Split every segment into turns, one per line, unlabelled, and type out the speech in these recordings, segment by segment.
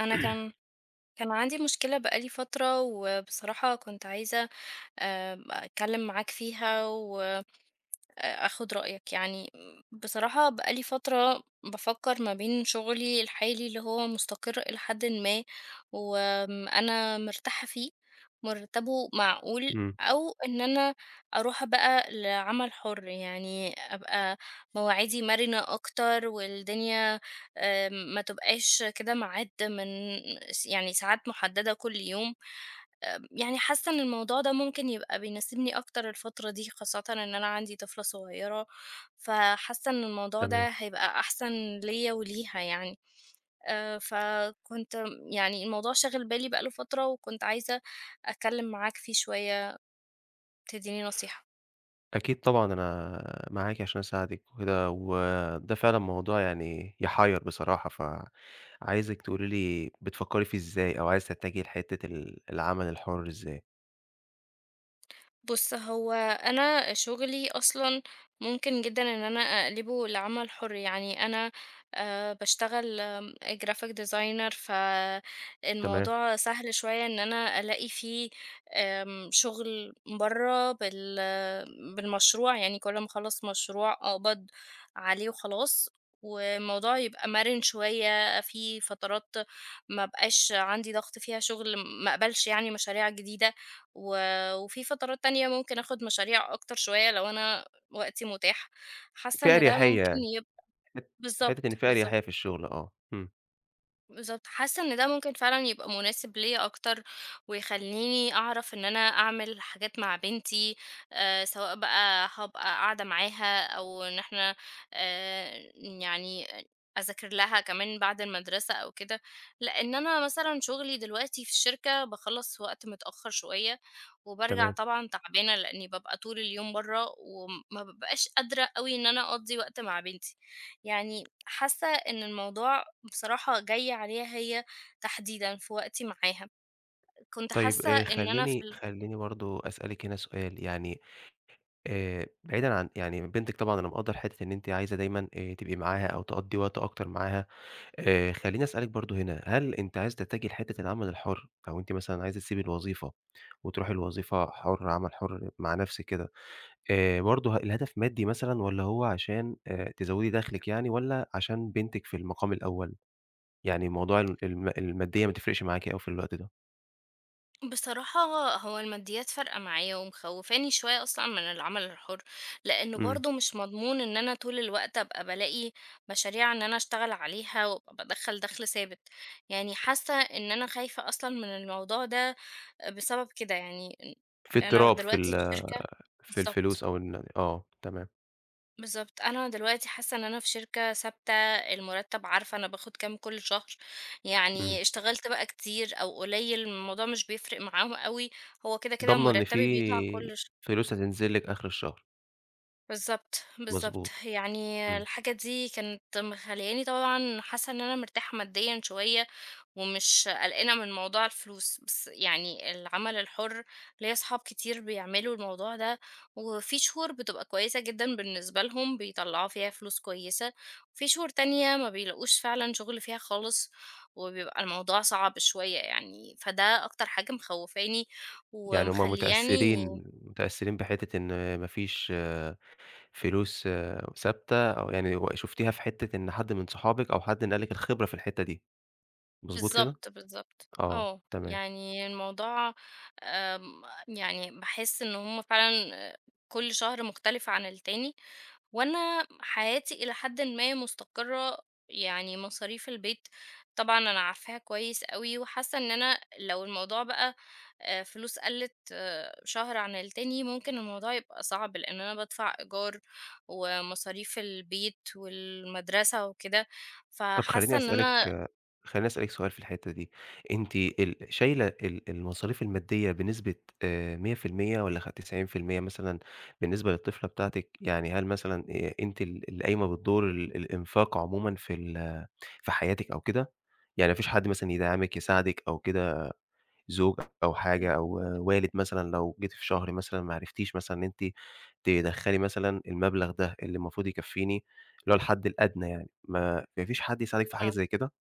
أنا كان كان عندي مشكلة بقى لي فترة، وبصراحة كنت عايزة أتكلّم معاك فيها و آخُد رأيك، يعني بصراحة بقى لي فترة بافكّر ما بين شُغلي الحالي اللي هو مُستقر إلى حدٍ ما وآمم أنا مرتاحة فيه، مرتبه معقول
إمم،
أو إن أنا أروح بقى لعمل حُر، يعني أبقى مواعيدي مَرِنة أكتر والدنيا ما تبقاش كده ميعاد من يعني ساعات مُحدّدة كل يوم. يعني حاسة إن الموضوع ده ممكن يبقى بيناسبني أكتر الفترة دي، خاصةً إن أنا عندي طفلة صغيرة، فحاسة إن الموضوع
تمام.
ده هيبقى أحسن ليّا وليها يعني. فكنت يعني الموضوع شاغل بالي بقى له فترة، وكنت عايزة أتكلم معاك فيه شوية، تديني نصيحة.
أكيد طبعًا أنا معاكِ عشان أساعدِك وكده، وده فعلًا موضوع يعني يحيّر بصراحة، فعايزِك تقولي لي بتفكّري فيه إزاي أو عايزة تتجهي لحتّة العمل الحُر إزاي؟
بُص، هو أنا شغلي أصلًا ممكن جدًا إن أنا أقلبه لعمل حُر، يعني أنا باشتغل graphic designer
تمام،
فالموضوع سهل شوية إن أنا ألاقي فيه شغل برّه بالمشروع، يعني كل ما أخلّص مشروع أقبض عليه وخلاص، والموضوع يبقى مَرِن شوية، في فترات ما ابقاش عندي ضغط فيها شغل، ما اقبلش يعني مشاريع جديدة و وفي فترات تانية ممكن آخد مشاريع أكتر شوية لو أنا وقتي متاح، حاسة
في
إن ده
أريحية
ممكن
يعني، حت حتّة إن
بالضبط،
في
بالضبط.
أريحية في الشغل آه، إمم،
بالضبط، حاسة إن ده ممكن فعلًا يبقى مناسب ليّا أكتر، ويخلّيني أعرف إن أنا أعمل حاجات مع بنتي، سواء بقى هابقى قاعدة معاها أو إن إحنا آآ، يعني أذاكر لها كمان بعد المدرسة أو كده، لإن أنا مثلًا شغلي دلوقتي في الشركة باخلّص وقت متأخر شوية، وبارجع
تمام.
طبعًا تعبانة لإني بابقى طول اليوم برّه، وما بابقاش قادرة أوي إن أنا أقضّي وقت مع بنتي، يعني حاسة إن الموضوع بصراحة جاية عليها هي تحديدًا في وقتي معاها، كنت
طيب
حاسة إن أنا في
خلّيني
ال
خلّيني برضه أسألِك هنا سؤال، يعني بعيدًا عن يعني بنتِك طبعًا أنا مقدّر حتّة إن أنتِ عايزة دايمًا تبقي معاها أو تقضّي وقت أكتر معاها. خلّيني أسألِك برضه هنا، هل أنتِ عايزة تتجهي لحتّة العمل الحُر، أو أنتِ مثلًا عايزة تسيبي الوظيفة وتروحي لوظيفة حُر، عمل حُر مع نَفْسِك كده، برضه الهدف مادي مثلًا والّا هو عشان تزوّدي دخلِك يعني والّا عشان بنتِك في المقام الأول؟ يعني موضوع ال الم المادية ما تفرقش معاكِ أوي في الوقت ده؟
بصراحة هو الماديات فارقة معايا ومخوّفاني شوية أصلًا من العمل الحُر، لإنه
إمم،
برضه مش مضمون إن أنا طول الوقت أبقى بالاقي مشاريع إن أنا أشتغل عليها وأبقى بادخّل دَخْل ثابت، يعني حاسة إن أنا خايفة أصلًا من الموضوع ده بسبب كده يعني
في
أنا
اضطراب
دلوقتي في شركة
في الفلوس
بالضبط.
أو إن آه، تمام،
بالضبط. أنا دلوقتي حاسة إن أنا في شركة ثابتة، المُرتّب عارفة أنا باخُد كام كل شهر،
إمم،
يعني اشتغلت بقى كتير أو قليل الموضوع مش بيفرق معاهم أوي، هو كده، كده
ضامنة إن
مُرتّبي بيطلع كل
في فلوس هتنزل لِك آخر الشهر،
بالضبط، بالضبط.
مضبوط،
يعني
إمم.
الحاجة دي كانت مخلّياني طبعًا حاسة إن أنا مرتاحة ماديًا شوية ومش قلقانة من موضوع الفلوس بس يعني العمل الحُر ليّا صحاب كتير بيعملوا الموضوع ده، وفي شهور بتبقى كويسة جدًا بالنسبة لهم بيطلّعوا فيها فلوس كويسة، وفي شهور تانية ما بيلاقوش فعلًا شغل فيها خالص، وبيبقى الموضوع صعب شوية يعني، فده أكتر حاجة مخوّفاني
يعني هُم
ومخلّياني
متأثّرين بحتّة إن ما فيش فلوس آه، ثابتة أو يعني و شُفتيها في حتّة إن حد من صحابِك أو حد نقل لِك الخبرة في الحتّة دي، مضبوط كده؟
بالضبط، بالضبط،
آه،
آه،
تمام.
يعني الموضوع آمم، يعني باحس إن هُم فعلًا كل شهر مختلف عن التاني. وأنا حياتي إلى حدٍ ما مستقرة، يعني مصاريف البيت طبعًا أنا عارفاها كويس أوي، وحاسة إن أنا لو الموضوع بقى فلوس قلِّت آه، شهر عن التاني ممكن الموضوع يبقى صعب، لإن أنا بادفع إيجار ومصاريف البيت والمدرسة وكده،
طب خلّيني
فحاسة إن
أسألِك
أنا
خلّيني أسألِك سؤال في الحتّة دي، أنتِ شايلة المصاريف المادية بنسبة آآ 100% والّا 90% مثلًا بالنسبة للطفلة بتاعتِك؟ يعني هل مثلًا أنتِ اللي قايمة بالدور الإنفاق عمومًا في حياتِك أو كده؟ يعني ما فيش حد مثلًا يدعمِك، يساعدِك أو كده؟ زوج أو حاجة أو والد مثلًا لو جيتِ في شهر مثلًا ما عرفتيش مثلًا إن أنتِ تدخّلي مثلًا المبلغ ده اللي المفروض يكفّيني، اللي هو الحد الأدنى يعني، ما فيش حد يساعدِك في حاجة زي كده؟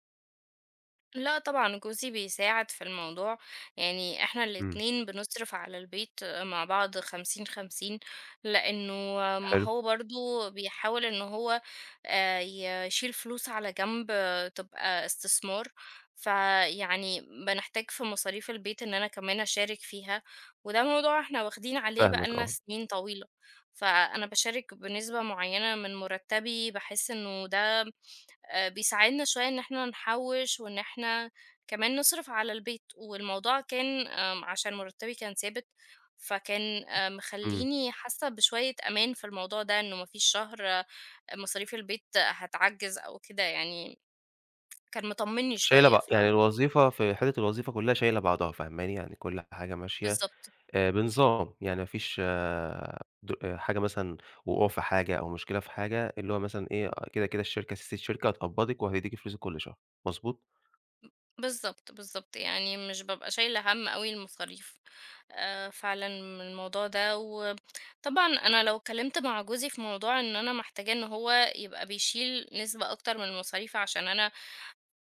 لأ طبعًا جوزي بيساعد في الموضوع، يعني إحنا
إمم،
الاتنين بنصرف على البيت مع بعض 50، 50 لإنه ما
حلو،
هو برضه بيحاول إن هو آآ يشيل فلوس على جنب آه، تبقى استثمار، فيعني بنحتاج في مصاريف البيت إن أنا كمان أشارك فيها، وده موضوع إحنا واخدين عليه بقى
فاهمِك
لنا
آه،
سنين طويلة، فأنا باشارك بنسبة معيّنة من مرتبي باحس إنه ده بيساعدنا شوية إن إحنا نحوّش وإن إحنا كمان نصرف على البيت، والموضوع كان عشان مرتبي كان ثابت، فكان
إمم،
مخلّيني حاسة بشوية أمان في الموضوع ده، إنه ما فيش شهر آه، مصاريف البيت هتعجّز أو كده يعني، كان مطمني
شايلة
شوية
بع يعني الوظيفة في حتّة الوظيفة كلّها شايلة بعضها فاهماني، يعني كل حاجة ماشية
بالضبط،
بنظام، يعني ما فيش آه، حاجة مثلًا وقوع في حاجة أو مشكلة في حاجة، اللي هو مثلًا إيه آه، كده الشركة سياسة الشركة هتقبضِك وهتدّيكِ فلوسِك كل شهر، مضبوط؟
بالضبط، بالضبط، يعني مش بابقى شايلة هَم أوي المصاريف. فعلًا من الموضوع ده، وطبعًا أنا لو اتكلمت مع جوزي في موضوع إن أنا محتاجة إن هو يبقى بيشيل نسبة أكتر من المصاريف عشان أنا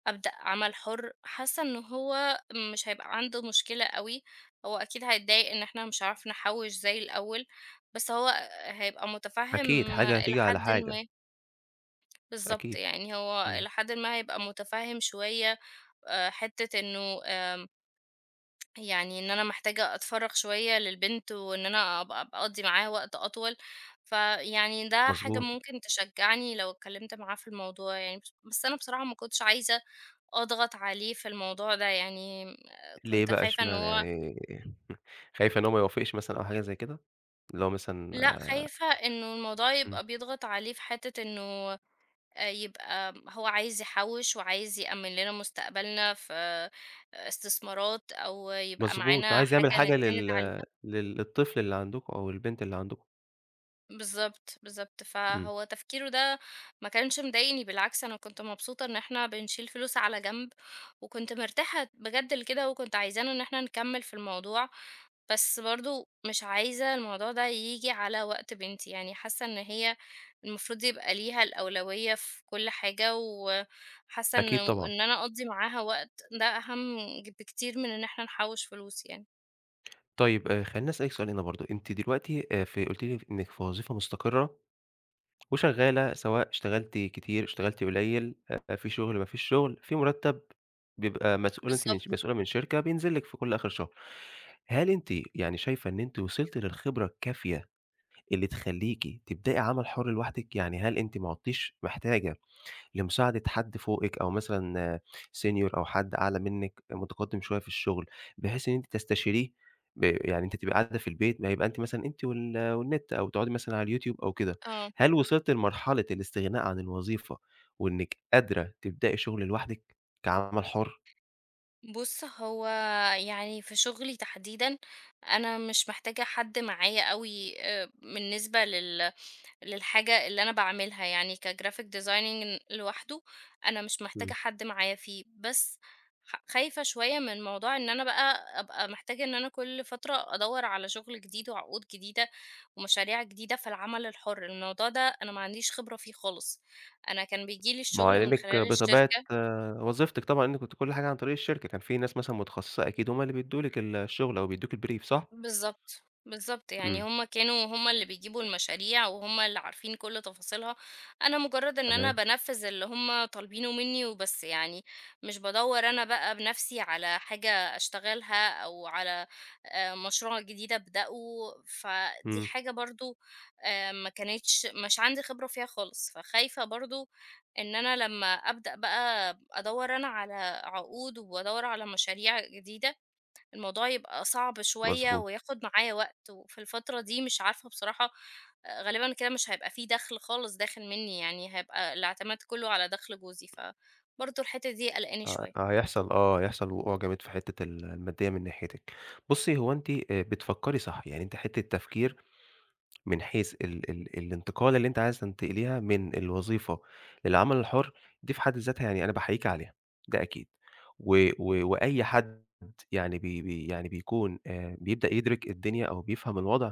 أبدأ عمل حُر، حاسة إن هو مش هيبقى عنده مشكلة أوي، هو أكيد هيتضايق إن إحنا مش عرفنا نحوّش زي الأول، بس هو هيبقى
أكيد
متفهم
حاجة
إلى
هتيجي على
حدٍ
حاجة،
ما بالضبط،
أكيد،
يعني هو
إمم،
إلى حدٍ ما هيبقى متفهم شوية حتة إنه يعني إن أنا محتاجة أتفرّغ شوية للبنت وإن أنا أبقى أقضّي معاها وقت أطول، فيعني ده حاجة
مضبوط،
ممكن تشجّعني لو اتكلّمت معاه في الموضوع يعني، بس أنا بصراحة ما كنتش عايزة أضغط عليه في الموضوع ده يعني
ليه
كنت
بقى
خايفة إن
اشمعنى
هو
يعني خايفة إن هو ما يوافقش مثلًا أو حاجة زي كده؟ اللي هو مثلًا
لأ، خايفة إنه الموضوع
إمم،
يبقى بيضغط عليه في حتّة إنه يبقى هو عايز يحوّش وعايز يأمّن لنا مستقبلنا في آه، استثمارات أو يبقى
مضبوط،
معانا
عايز يعمل
حاجة
حاجة
نتسند
لل
عليها.
لل للطفل اللي عندكم أو البنت اللي عندكم،
بالضبط، بالضبط.
إمم،
فهو تفكيره ده ما كانش مضايقني، بالعكس أنا كنت مبسوطة إن إحنا بنشيل فلوس على جنب، وكنت مرتاحة بجد لكده، وكنت عايزانا إن إحنا نكمّل في الموضوع، بس برضه مش عايزة الموضوع ده ييجي على وقت بنتي، يعني حاسة إن هي المفروض يبقى ليها الأولوية في كل حاجة، وحاسة إن
أكيد طبعًا.
إن أنا أقضّي معاها وقت ده أهم بكتير من إن إحنا نحوّش فلوس يعني.
طيب خلّيني أسألِك سؤال هنا برضه، أنتِ دلوقتي قُلتِ لي إنِّك في وظيفة مستقرة وشغّالة سواء اشتغلتِ كتير، اشتغلتِ قليل، في شغل، ما فيش شغل، في مُرتّب بيبقى مسؤولة أنتِ من
بالضبط،
ش مسؤولة من شركة بينزل لِك في كل آخر شهر. هل أنتِ يعني شايفة إن أنتِ وصلتِ للخبرة الكافية اللي تخلّيكِ تبدئي عمل حُر لوحدِك؟ يعني هل أنتِ ما عُدتيش محتاجة لمساعدة حد فوقِك أو مثلًا senior أو حد أعلى منِّك متقدِّم شوية في الشغل، بحيث إن أنتِ تستشيريه يعني أنتِ تبقي قاعدة في البيت ما يبقى أنتِ مثلًا أنتِ والنت أو تقعدي مثلًا على اليوتيوب أو كده.
آه.
هل وصلتِ لمرحلة الاستغناء عن الوظيفة وإنِّك قادرة تبدئي شغل لوحدِك كعمل حُر؟
بُص، هو يعني في شغلي تحديدًا، أنا مش محتاجة حد معايا أوي بالنسبة لل للحاجة اللي أنا باعملها، يعني كgraphic designing لوحده أنا مش محتاجة
إمم.
حد معايا فيه، بس خايفة شوية من موضوع إن أنا بقى أبقى محتاجة إن أنا كل فترة أدوّر على شغل جديد وعقود جديدة ومشاريع جديدة في العمل الحُر، الموضوع ده أنا ما عنديش خبرة فيه خالص. أنا كان بييجي لي
ما هو
الشغل من
لإنِّك
خلال
بطبيعة
الشركة
وظيفتِك طبعًا إنِّك كنتِ كل حاجة عن طريق الشركة، كان في ناس مثلًا متخصصة أكيد هم اللي بيدّوا لِك الشغل أو بيدّوكِ الbrief صح؟
بالضبط، بالضبط، يعني
إمم،
هُم كانوا هُم اللي بيجيبوا المشاريع وهُم اللي عارفين كل تفاصيلها، أنا مجرد إن أنا
تمام،
بانفّذ اللي هُم طالبينه منّي وبس يعني، مش بادوّر أنا بقى بنفْسي على حاجة أشتغلها أو على مشروع جديد أبدأه، فدي
إمم،
حاجة برضه ما كانتش مش عندي خبرة فيها خالص، فخايفة برضه إن أنا لمّا أبدأ بقى أدوّر أنا على عقود وأدوّر على مشاريع جديدة الموضوع يبقى صعب شوية
مضبوط.
وياخد معايا وقت وفي الفترة دي مش عارفة بصراحة آه، غالبا كده مش هيبقى فيه دخل خالص داخل مني يعني هيبقى الاعتماد كله على دخل جوزي فبرضه الحتة دي قلقاني
ه
شوية
هيحصل آه، هيحصل وقوع جامد في حتّة المادية من ناحيتِك. بُصّي، هو أنتِ بتفكّري صح، يعني أنتِ حتّة تفكير من حيث ال ال الانتقالة اللي أنتِ عايزة تنتقليها من الوظيفة للعمل الحُر، دي في حد ذاتها يعني أنا باحييكِ عليها، ده أكيد. و و وأي حد يعني بي بي يعني بيكون بيبدأ يدرك الدنيا أو بيفهم الوضع،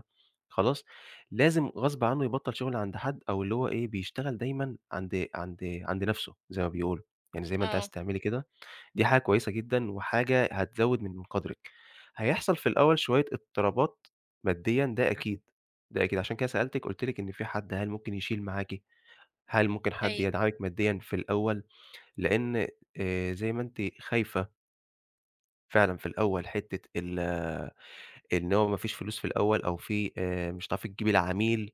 خلاص، لازم غصب عنّه يبطّل شُغل عند حد أو اللي هو إيه، بيشتغل دايمًا عند نَفْسه زي ما بيقولوا، يعني زي ما أنتِ عايزة
اه
تعملي كده دي حاجة كويسة جدًا وحاجة هتزوِّد من قدرِك. هيحصل في الأول شوية اضطرابات ماديًا ده أكيد، ده أكيد، عشان كده سألتِك قُلت لِك إن في حد هل ممكن يشيل معاكِ، هل ممكن حد
ايوه
يدعمِك ماديًا في الأول، لإن زي ما أنتِ خايفة فعلًا في الأول حتّة إن هو ما فيش فلوس في الأول أو في مش هتعرفي تجيبي العميل،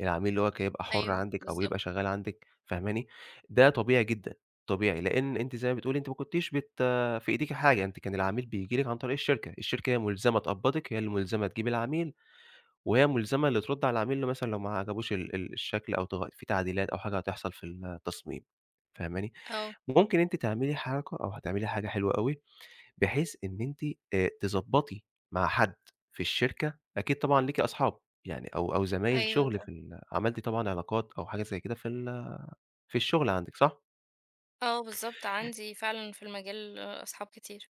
العميل اللي هو يبقى حُر
ايوه
عندِك أو
بالظبط
يبقى شغّال عندِك فاهماني؟ ده طبيعي جدًا، طبيعي، لإن أنتِ زي ما بتقولي أنتِ ما كنتيش في إيديكِ حاجة، أنتِ كان العميل بييجي لِك عن طريق الشركة، الشركة هي مُلزمة تقبّضِك، هي اللي مُلزمة تجيب العميل، وهي مُلزمة اللي ترُد على العميل لو مثلًا لو ما عجبوش ال ال الشكل أو في تعديلات أو حاجة هتحصل في التصميم فاهماني؟
اه
ممكن أنتِ تعملي حركة أو هتعملي حاجة حلوة أوي بحيث إن أنتِ تضبّطي مع حد في الشركة، أكيد طبعًا ليكِ أصحاب يعني أو زمايل
ايوه
شغل في
طبعا
ال عملتِ طبعًا علاقات أو حاجة زي كده في الشغل عندِك صح؟
اه بالظبط عندي فعلا في المجال آه، اصحاب كتير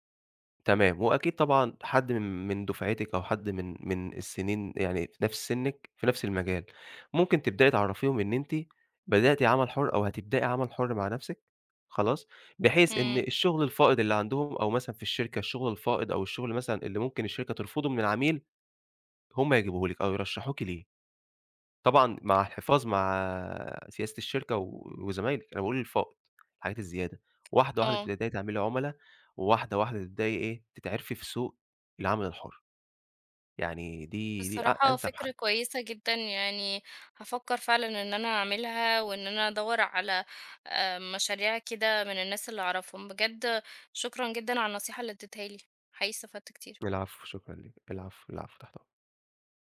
تمام، وأكيد طبعًا حد من دُفعتِك أو حد من السنين يعني في نفس سنِّك في نفس المجال، ممكن تبدئي تعرّفيهم إن أنتِ بدأتِ عمل حُر أو هتبدئي عمل حُر مع نفسِك خلاص، بحيث إن
امم
الشغل الفائض اللي عندهم أو مثلًا في الشركة الشغل الفائض أو الشغل مثلًا اللي ممكن الشركة ترفضه من العميل هم يجيبوه لِك أو يرشحوكِ ليه، طبعًا مع الحفاظ مع سياسة الشركة وزمايلِك، أنا باقول الفائض، الحاجات الزيادة، واحدة واحدة
اه
تبدئي تعملي عُملا، وواحدة واحدة تبدئي إيه، تتعرفي في سوق العمل الحُر، يعني دي
بصراحة
أنسب
فكرة
حل.
كويسة جدًا، يعني هافكّر فعلًا إن أنا أعملها، وإن أنا أدوّر على مشاريع كده من الناس اللي أعرفهم، بجد شكرًا جدًا على النصيحة اللي اديتها لي، حقيقي استفدت كتير.
العفو، شكرًا ليك، العفو، العفو، تحت أمرك.